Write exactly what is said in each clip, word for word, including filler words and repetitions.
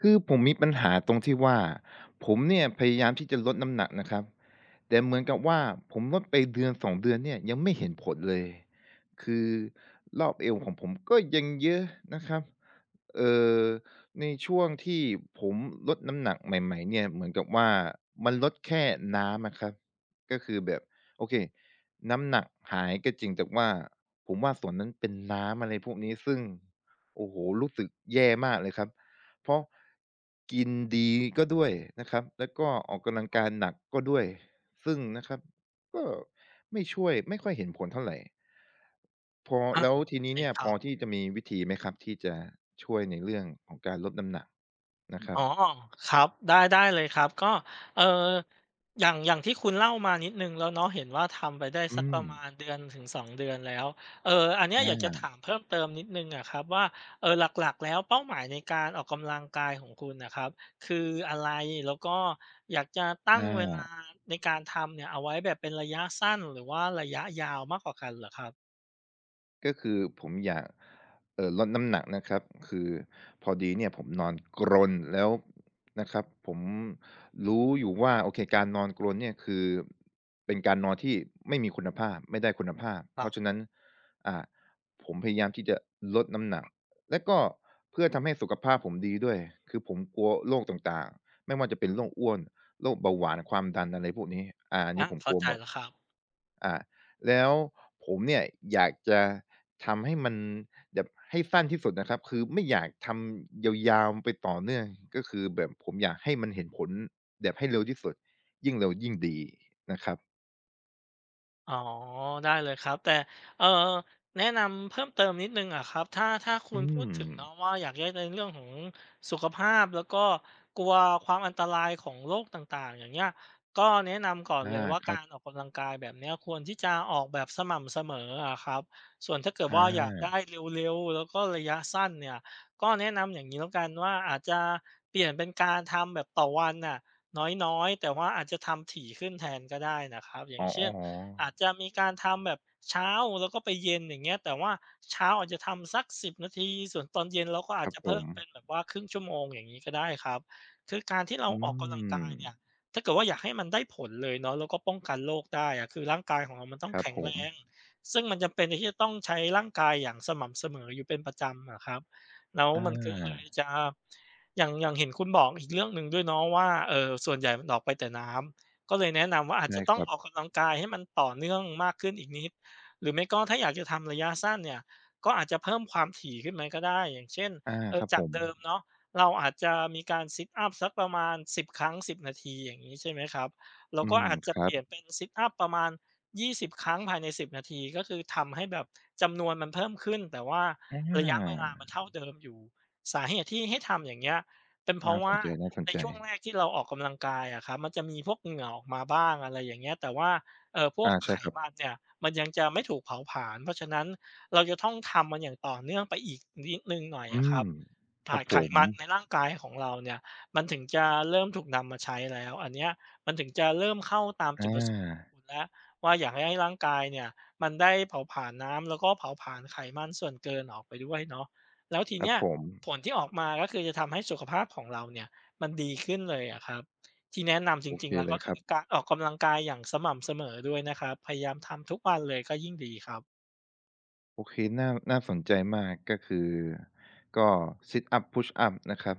คือผมมีปัญหาตรงที่ว่าผมเนี่ยพยายามที่จะลดน้ำหนักนะครับแต่เหมือนกับว่าผมลดไปเดือนสองเดือนเนี่ยยังไม่เห็นผลเลยคือรอบเอวของผมก็ยังเยอะนะครับเอ่อในช่วงที่ผมลดน้ำหนักใหม่ๆเนี่ยเหมือนกับว่ามันลดแค่น้ำอะครับก็คือแบบโอเคน้ำหนักหายก็จริงแต่ว่าผมว่าส่วนนั้นเป็นน้ำอะไรพวกนี้ซึ่งโอ้โฮรู้สึกแย่มากเลยครับ เพราะกินดีก็ด้วยนะครับแล้วก็ออกกำลังกายหนักก็ด้วยซึ่งนะครับก็ไม่ช่วยไม่ค่อยเห็นผลเท่าไรพออาแล้วทีโอเคนี้เนี่ยคพรัอบที่จะมีวิธีไหมครับที่จะช่วยในเรื่องของการลดน้ำหนักนะครับอ๋อครับได้ได้เลยครับก็เอ่ออย่างอย่างที่คุณเล่ามานิดหนึ่งแล้วเนาะเห็นว่าทำไปได้อืสักปมระมาณเดือสองเดือนแล้วเอ่ออันเนี้ยอยากจะอาถามเพิ่มเติมนิดหนึ่งอะครับว่าเอ่อหลักๆแล้วเป้าหมายในการออกกำลังกายของคุณน่ะครับคืออะไรแล้วก็อยากจะอตั้งเวลาา ในการทำเนี่ยเอาไว้แบบเป็นระยะสั้นหรือว่าระยะยาวมากกว่ากันเหรอครับก็คือผมอยากเอ่อลดน้ำหนักนะครับคือพอดีเนี่ยผมนอนกรนแล้วนะครับผมรู้อยู่ว่าโอเคการนอนกรนเนี่ยคือเป็นการนอนที่ไม่มีคุณภาพไม่ได้คุณภาพคเพรับราะฉะนั้นอ่าผมพยายามที่จะลดน้ำหนักและก็เพื่อทำให้สุขภาพผมดีด้วยคือผมกลัวโรคต่างๆไม่ว่าจะเป็นโรคอ้วนโรคเบาหวานความดันอะไรพวกนี้อ่าอันนี้อาผมกเข้าลัวใจหมดแล้วครับ อ่าแล้วผมเนี่ยอยากจะ ทำให้มันแบบให้สั้นที่สุดนะครับคือไม่อยากทำยาวๆไปต่อเนื่องก็คือแบบผมอยากให้มันเห็นผลแบบให้เร็วที่สุดยิ่งเร็วยิ่งดีนะครับอ๋อได้เลยครับแต่เอ่อแนะนำเพิ่มเติมนิดหนึ่งอะครับถ้าถ้าคุอืณพูดมถึงเนาะว่าอยากได้ในเรื่องของสุขภาพแล้วก็กลัวความอันตรายของโรคต่างๆอย่างเงี้ยก็แนะนำก่อนเลอายว่าคการับรออกกำลังกายแบบเนี้ยควรที่จะออกแบบสม่ำเสมออะครับส่วนถ้าเกิดอว่าอยากได้าเร็วๆแล้วก็ระยะสั้นเนี่ยก็แนะนำอย่างงี้แล้วกันว่าอาจจะเปลี่ยนเป็นการทำแบบต่อวันน่ะน้อยๆแต่ว่าอาจจะทำถี่ขึ้นแทนก็ได้นะครับอย่าอ๋งเช่น ออาจจะมีการทำแบบเช้าแล้วก็ไปเย็นอย่างเงี้ยแต่ว่าเช้าอาจจะทำสักสิบนาทีส่วนตอนเย็นเราก็ๆคอาจรับจะผเพิ่มมเป็นแบบว่าครึ่งชั่วโมงอย่างงี้ก็ได้ครับคือการที่เราอืออกกำลังกายเนี่ยมถ้าเกิดว่าอยากให้มันได้ผลเลยเนาะแล้วก็ป้องกันโรคได้อะคือร่างกายของเรามันต้อคงรับแข็งผแรมงซึ่งมันจำเป็นที่จะต้องใช้ร่างกายอย่างสม่ำเสมออยู่เป็นประจำอะครับแล้วอมันก็เลยาจะอย่างอย่างเห็นคุณบอกอีกเรื่องหนึ่งด้วยเนาะว่าเอ่อส่วนใหญ่มันออกไปแต่น้ำ ก็เลยแนะนำว่าอาจได้จะต้คองรับออกกำลังกายให้มันต่อเนื่องมากขึ้นอีกนิดหรือไม่ก็ถ้าอยากจะทำระยะสั้นเนี่ยก็อาจจะเพิ่มความถี่ขึ้นมาก็ได้อย่างเช่นอาเอ่คอรับผจากมเดิมเนาะเราอาจจะมีการ Sit up สักประมาณสิบครั้งสิบนาทีอย่างงี้ใช่ไหมครับเราอืก็มอาจคจะเปรับลี่ยนเป็น Sit up ประมาณยี่สิบครั้งภายในสิบนาทีก็คือทำให้แบบจำนวนมันเพิ่มขึ้นแต่ว่าอระยะเวาลามันเท่าเดิมอยู่สาเหตุที่ให้ทำอย่างเงี้ยเป็นเพน่าราะสว่า นใจน่าสนในใจช่วงแรกที่เราออกกำลังกายอะครับมันจะมีพวกเหงื่อออกมาบ้างอะไรอย่างเงี้ยแต่ว่าเอ่อพวกอาไขใช่ครับมันเนี่ยมันยังจะไม่ถูกเผาผลาญเพราะฉะนั้นเราจะต้องทำมันอย่างต่อเนื่องไปอีกนิดหนึ่งหน่อยอือะคมรับครัอ่าบผไขมมันในร่างกายของเราเนี่ยมันถึงจะเริ่มถูกนำมาใช้แล้วอันเนี้ยมันถึงจะเริ่มเข้าตามอจุดประสงค์ของาคุณแล้วว่าอยากให้ให้ร่างกายเนี่ยมันได้เผาผลาญน้ำแล้วก็เผาผลาญไขมันส่วนเกินออกไปด้วยเนาะแล้วทีครับเนี้ยผมผลที่ออกมาก็คือจะทำให้สุขภาพของเราเนี่ย มันดีขึ้นเลยอะครับที่แนะนำจโอริเคงๆแล้วเลก็ยคคือรับ การออกกำลังกายอย่างสม่ำเสมอด้วยนะครับพยายามทำทุกวันเลยก็ยิ่งดีครับโอเคน่าน่าสนใจมากก็คือก็ Sit up Push up นะครับ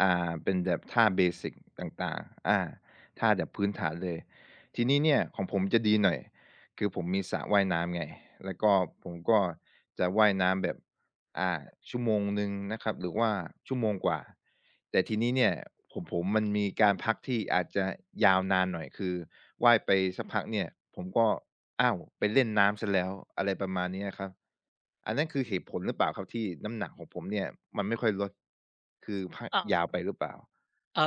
อ่าเป็นแบบท่าเบสิกต่างๆอาท่าแบบพื้นฐานเลย ทีนี้เนี่ยของผมจะดีหน่อย คือผมมีสระว่ายน้ำไง แล้วก็ผมก็จะว่ายน้ำแบบ อ่าชั่วโมงหนึ่งนะครับหรือว่าชั่วโมงกว่าแต่ทีนี้เนี่ยผมผมมันมีการพักที่อาจจะยาวนานหน่อยคือว่ายไปสักพักเนี่ยผมก็อ้าวไปเล่นน้ำเสียแล้วอะไรประมาณเนี้ยครับอันนั้นคือเหตุผลหรือเปล่าครับที่น้ำหนักของผมเนี่ยมันไม่ค่อยลดคือพักอา ยาวไปหรือเปล่าเออ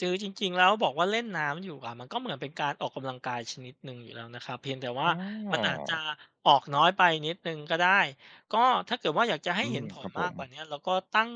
จือจริงๆแล้วบอกว่าเล่นน้ำอยู่อะมันก็เหมือนเป็นการออกกำลังกายชนิดหนึ่งอยู่แล้วนะครับเพียงแต่ว่าอ๋อมันอาจจะออกน้อยไปนิดหนึ่งก็ได้ก็ถ้าเกิดว่าอยากจะให้อืเห็มนผคลรับผมากมกว่าเนี้ยเราก็ตั้ง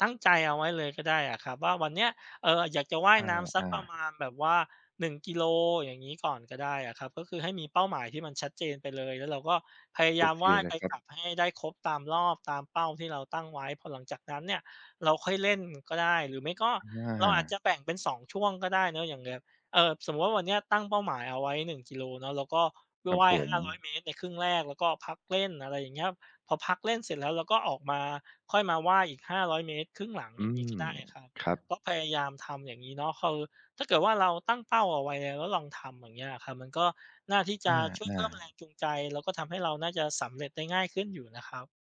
ตั้งใจเอาไว้เลยก็ได้อะครับว่าวันเนี้ยเอออยากจะว่ายอน้ำสักาประมาณแบบว่าหนึ่งกิโลอย่างนี้ก่อนก็ได้อะครับก็คือให้มีเป้าหมายที่มันชัดเจนไปเลยแล้วเราก็พยาๆโอยามเคว่ายเลไปยครักบลับให้ได้ครบตามรอบตามเป้าที่เราตั้งไว้พอหลังจากนั้นเนี่ยเราค่อยเล่นก็ได้หรือไม่ก็ อเราอาจาจะแบ่งเป็นสองช่วงก็ได้เนาะอย่างแบบเอ่อสมมุติว่าวันเนี้ยตั้งเป้าหมายเอาไว้หนึ่งกิโลเนาะแล้วก็ครับว่ายผมห้าร้อยเมตรในครึ่งแรกแล้วก็พักเล่นอะไรอย่างเงี้ยพอพักเล่นเสร็จแล้วเราก็ออกมาค่อยมาว่ายอีกห้าร้อยเมตรครึ่งหลังออืย่างงี้มก็ได้ครับครับก็พยายามทำอย่างงี้เนาะคือถ้าเกิดว่าเราตั้งเป้าเอาไว้แล้วแล้วลองทำอย่างเงี้ยอะครับมันก็น่าที่อจะช่วยาเพิ่ๆ มแรงจูงใจแล้วก็ทำให้เราน่าจะสำเร็จได้ง่ายขึ้นอยู่นะครับ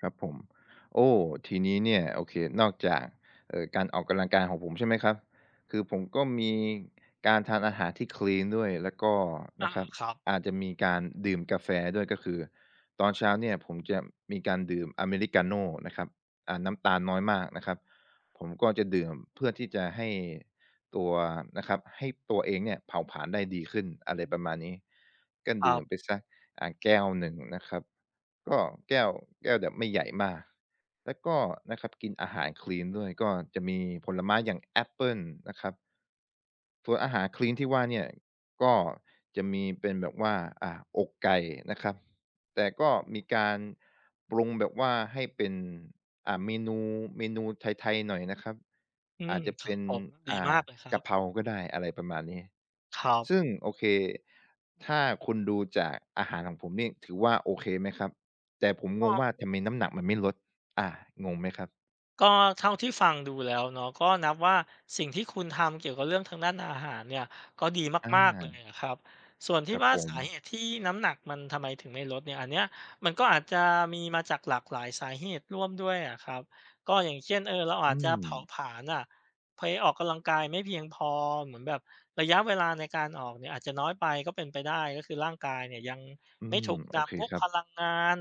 ครับผมโอ้ทีนี้เนี่ยโอเคนอกจากเอ่อการออกกำลังกายของผมใช่ไหมครับคือผมก็มีการทานอาหารที่คลี n ด้วยแล้วก็นะอาครับครับอาจจะมีการดื่มกาแฟด้วยก็คือตอนเช้าเนี่ยผมจะมีการดื่มอเมริกาโน่นะครับอ่าน้ำตาลน้อยมากนะครับผมก็จะดื่มเพื่อที่จะให้ตัวนะครับให้ตัวเองเนี่ยเผาผลาญได้ดีขึ้นอะไรประมาณนี้ก็ครัดื่มไปบเสีย อ่าแก้วหนึ่งนะครับก็แก้วแก้วแบบไม่ใหญ่มากแล้วก็นะครับกินอาหารคลีนด้วยก็จะมีผลไม้อย่างแอปเปิลนะครับส่วนอาหารคลีนที่ว่าเนี่ยก็จะมีเป็นแบบว่าอ่าอกไก่นะครับแต่ก็มีการปรุงแบบว่าให้เป็นอ่าเมนูเมนูไทยๆหน่อยนะครับอือามจจะครัเป็บนผมดีมาอ่า กเลยครับกะเพราก็ได้อะไรประมาณนี้ครับซึ่งโอเคถ้าคุณดูจากอาหารของผมนี่ถือว่าโอเคไหมครับแต่ผมงอ้อ งว่าทำไมน้ำหนักมันไม่ลดอางงไหมครับก็เท่าที่ฟังดูแล้วเนาะก็นับว่าสิ่งที่คุณทำเกี่ยวกับเรื่องทางด้านอาหารเนี่ยก็ดีอมากๆเลยาอะครับส่วนคที่รับว่าผมสาเหตุที่น้ำหนักมันทำไมถึงไม่ลดเนี่ยอันเนี้ยมันก็อาจจะมีมาจากหลากหลายสาเหตุร่วมด้วยอะครับก็อย่างเช่นเออเราอาจอืจะมเผาผลาญอะไปออกกำลังกายไม่เพียงพอเหมือนแบบระยะเวลาในการออกเนี่ยอาจจะน้อยไปก็เป็นไปได้ก็คือร่างกายเนี่ยยังอืไม่มถูกโอเคนำพวกครัพบลังงาน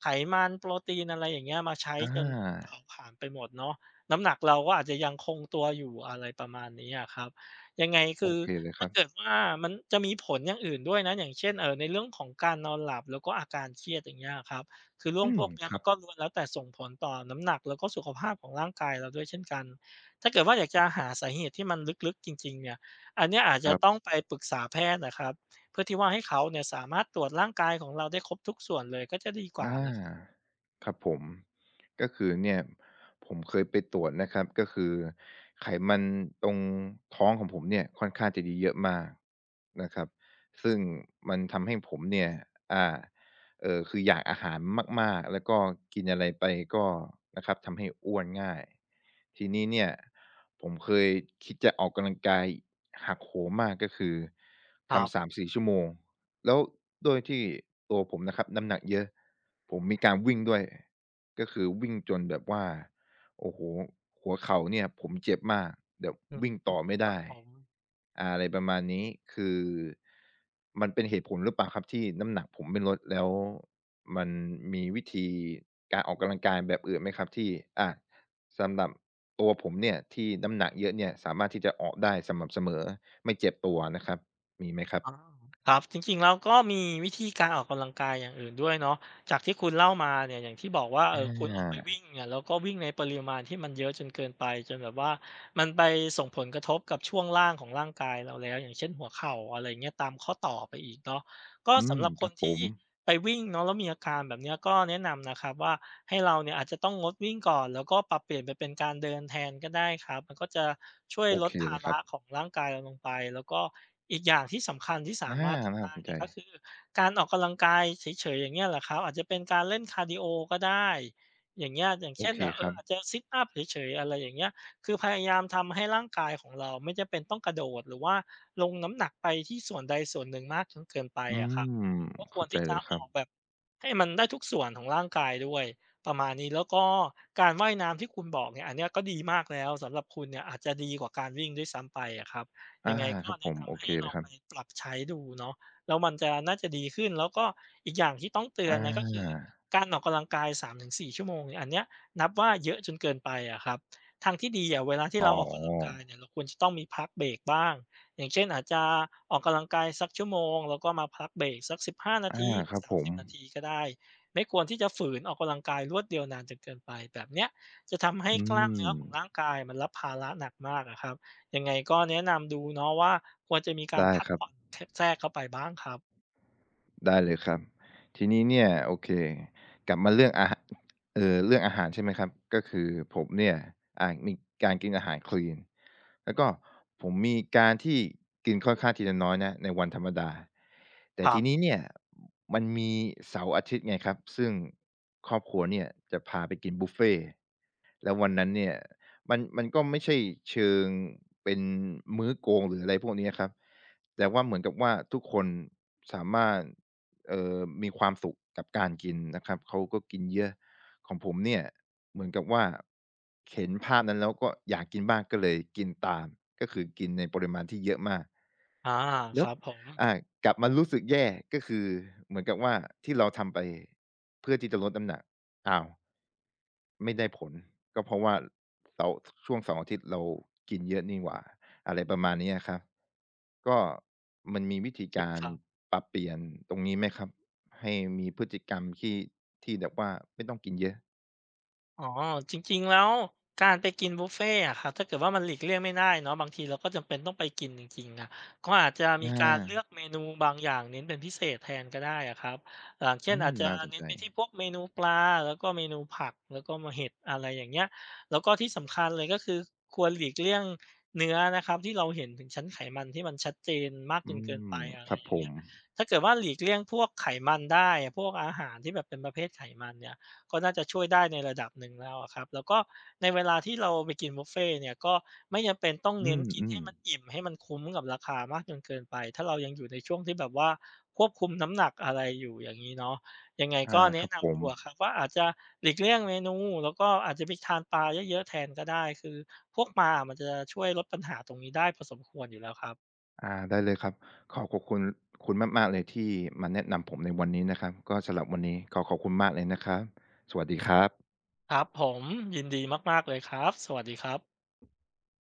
ไขมันโปรตีนอะไรอย่างเงี้ยมาใช้อาจนมันเผาผลาญไปหมดเนาะน้ำหนักเราก็อาจจะยังคงตัวอยู่อะไรประมาณนี้อะครับยังไงโอคือเคเลยคถ้ารับเกิดว่ามันจะมีผลอย่างอื่นด้วยนะอย่างเช่นเอ่อในเรื่องของการนอนหลับแล้วก็อาการเครียดอย่างเงี้ยอะครับคือเรื่องอืพมวกเนี้ยคมัรันก็บล้วนแล้วแต่ส่งผลต่อน้ำหนักแล้วก็สุขภาพของร่างกายเราด้วยเช่นกันถ้าเกิดว่าอยากจะหาสาเหตุที่มันลึกๆจริงๆเนี่ยอันเนี้ยอาจคจะรัต้องบ ไปปรึกษาแพทย์นะครับ เพื่อที่ว่าให้เขาเนี่ยสามารถตรวจร่างกายของเราได้ครบทุกส่วนเลยก็จะดีกว่าอานะครับครับผมก็คือเนี่ยผมเคยไปตรวจนะครับก็คือไขมันตรงท้องของผมเนี่ยค่อนข้างจะเยอะมากนะครับซึ่งมันทำให้ผมเนี่ยอ่าเอ่อคืออยากอาหารมากๆแล้วก็กินอะไรไปก็นะครับทำให้อ้วนง่ายทีนี้เนี่ยผมเคยคิดจะออกกำลังกายหักโหมมากก็คือครัทำบสามถึงสี่ชั่วโมง แล้วด้วยที่ตัวผมนะครับน้ำหนักเยอะผมมีการวิ่งด้วยก็คือวิ่งจนแบบว่าโอ้โหหัวเข่าเนี่ยผมเจ็บมากแบบอืมวิ่งต่อไม่ครับได้ผมอาอะไรประมาณนี้คือมันเป็นเหตุผลหรือเปล่าครับที่น้ำหนักผมไม่ลดแล้วมันมีวิธีการออกกำลังกายแบบอื่นไหมครับที่อาสำหรับตัวผมเนี่ยที่น้ำหนักเยอะเนี่ยสามารถที่จะออกได้สม่ำเสมอไม่เจ็บตัวนะครับมีไหมครับอาครับจริงๆแล้วก็มีวิธีการออกกำลังกายอย่างอื่นด้วยเนาะจากที่คุณเล่ามาเนี่ยอย่างที่บอกว่าเอออคุณออกไปา วิ่งเนี่ยแล้วก็วิ่งในปริมาณที่มันเยอะจนเกินไปจนแบบว่ามันไปส่งผลกระทบกับช่วงล่างของร่างกายเราแล้วอย่างเช่นหัวเข่าอะไรเงี้ยตามข้อต่อไปอีกเนาะก็อืมสำหรับคครันบผที่ มไปวิ่งเนาะแล้วมีอาการแบบเนี้ยก็แนะนำนะครับว่าให้เราเนี่ยอาจจะต้องงดวิ่งก่อนแล้วก็ปรับเปลี่ยนไปเป็นการเดินแทนก็ได้ครับมันก็จะช่วยโอลเคดภาเลยครัระบของร่างกายเราลงไปแล้วก็อีกอย่างที่สำคัญที่สาอามารถทำน่าได้สนใจนะก็คือการออกกำลังกายเฉยๆอย่างเงี้ยแหละครับอาจจะเป็นการเล่นคาร์ดีโอก็ได้อย่างเงี้ยอย่างโอเช่นเคแบบเอคอรับอาจจะซิตอัปเฉยๆอะไรอย่างเงี้ยคือพยายามทำให้ร่างกายของเราไม่จำเป็นต้องกระโดดหรือว่าลงน้ำหนักไปที่ส่วนใดส่วนหนึ่งมากจนเกินไปอือะครับ มก็ควเข้ารใจที่เลจะยคอรัอบกแบบให้มันได้ทุกส่วนของร่างกายด้วยประมาณนี้แล้วก็การว่ายน้ำที่คุณบอกเนี่ยอันเนี้ยก็ดีมากแล้วสำหรับคุณเนี่ยอาจจะดีกว่าการวิ่งด้วยซ้ำไปอะครับยัอางไงก็ครับผแนะมโอนำเคให้ลเลอยงครับไปปรับใช้ดูเนาะแล้วมันจะน่าจะดีขึ้นแล้วก็อีกอย่างที่ต้องเตืออนนะก็คือาการออกกำลังกายสามถึงสี่ชั่วโมงเนี่ยอันเนี้ยนับว่าเยอะจนเกินไปอะครับทางที่ดีอะเวลาที่อ๋เราออกกำลังกายอเนี่ยเราควรจะต้องมีพักเบรกบ้าง อย่างเช่นอาจจะออกกำลังกายสักชั่วโมงแล้วก็มาพักเบรกสักสิบห้านาอาทีถึคงรับผมสามสิบนาทีก็ได้ไม่ควรที่จะฝืนออกกำลังกายรวดเดียวนานจนเกินไปแบบเนี้ยจะทำให้อืกล้ามมเนื้อของร่างกายมันรับภาระหนักมากอะครับยังไงก็แนะนำดูเนาะว่าควรจะมีการได้พักครับ ผ่อนทแทรกเข้าไปบ้างครับได้เลยครับทีนี้เนี่ยโอเคกลับมาเรื่องอาหเอ่อเรื่องอาหารใช่ไหมครับก็คือผมเนี่ยอ่ามีการกินอาหารคลีนแล้วก็ผมมีการที่กินค่อนข้างที่จะน้อยนะในวันธรรมดาแต่ครัทีนี้บเนี่ยมันมีเสาร์อาทิตย์ไงครับซึ่งครอบครัวเนี่ยจะพาไปกินบุฟเฟต์ แล้ววันนั้นเนี่ยมันมันก็ไม่ใช่เชิงเป็นมื้อโกงหรืออะไรพวกนี้อะครับแต่ว่าเหมือนกับว่าทุกคนสามารถเอ่อมีความสุขกับการกินนะครับเขาก็กินเยอะของผมเนี่ยเหมือนกับว่าเห็นภาพนั้นแล้วก็อยากกินบ้างก็เลยกินตามก็คือกินในปริมาณที่เยอะมาก อาคแล้วรับผมอ่ากลับมารู้สึกแย่ก็คือเหมือนกับว่าที่เราทำไปเพื่อที่จะลดน้ำหนักอ้าวไม่ได้ผลก็เพราะว่าเสาร์ช่วงเสาร์อาทิตย์เรากินเยอะนี่หว่าอะไรประมาณนี้อะครับก็มันมีวิโอธีเคกาครรับ ปรับเปลี่ยนตรงนี้ไหมครับให้มีพฤติกรรมที่ที่แบบว่าไม่ต้องกินเยอะอ๋อจริงๆแล้วการไปกินบุฟเฟต์อะครับถ้าเกิดว่ามันหลีกเลี่ยงไม่ได้เนาะบางทีเราก็จำเป็นต้องไปกินจริงๆอะก็อาจจะมีอาการเลือกเมนูบางอย่างเน้นเป็นพิเศษแทนก็ได้อะครับอย่างเช่อืนอามจจะน่าสนเน้นใจไปที่พวกเมนูปลาแล้วก็เมนูผักแล้วก็มาเห็ดอะไรอย่างเงี้ยแล้วก็ที่สำคัญเลยก็คือควรหลีกเลี่ยงเนื้อนะครับที่เราเห็นถึงชั้นไขมันที่มันชัดเจนมากจอืนเกินมไปอะคไรรับอผย่างเงี้มยถ้าเกิดว่าหลีกเลี่ยงพวกไขมันได้พวกอาหารที่แบบเป็นประเภทไขมันเนี่ย ก็น่าจะช่วยได้ในระดับหนึ่งแล้วอะครับแล้วก็ในเวลาที่เราไปกินบุฟเฟต์เนี่ยก็ไม่จำเป็นต้องอืเน้นกินให้มมันอิ่มให้มันคุ้มกับราคามากจนเกินไปถ้าเรายังอยู่ในช่วงที่แบบว่าควบคุมน้ำหนักอะไรอยู่อย่างงี้เนาะยังไงๆอาก็คแนะรับผนำม ดูอะครับว่าอาจจะหลีกเลี่ยงเมนูแล้วก็อาจจะไปทานปลาเยอะๆแทนก็ได้คือพวกปลาอะมันจะช่วยลดปัญหาตรงนี้ได้พอสมควรอยู่แล้วครับอาได้เลยครับขอขอบคุณคุณมากๆเลยที่มาแนะนำผมในวันนี้นะครับก็สำหรับวันนี้ขอขอบคุณมากเลยนะครับสวัสดีครับครับผมยินดีมากๆเลยครับสวัสดีครับ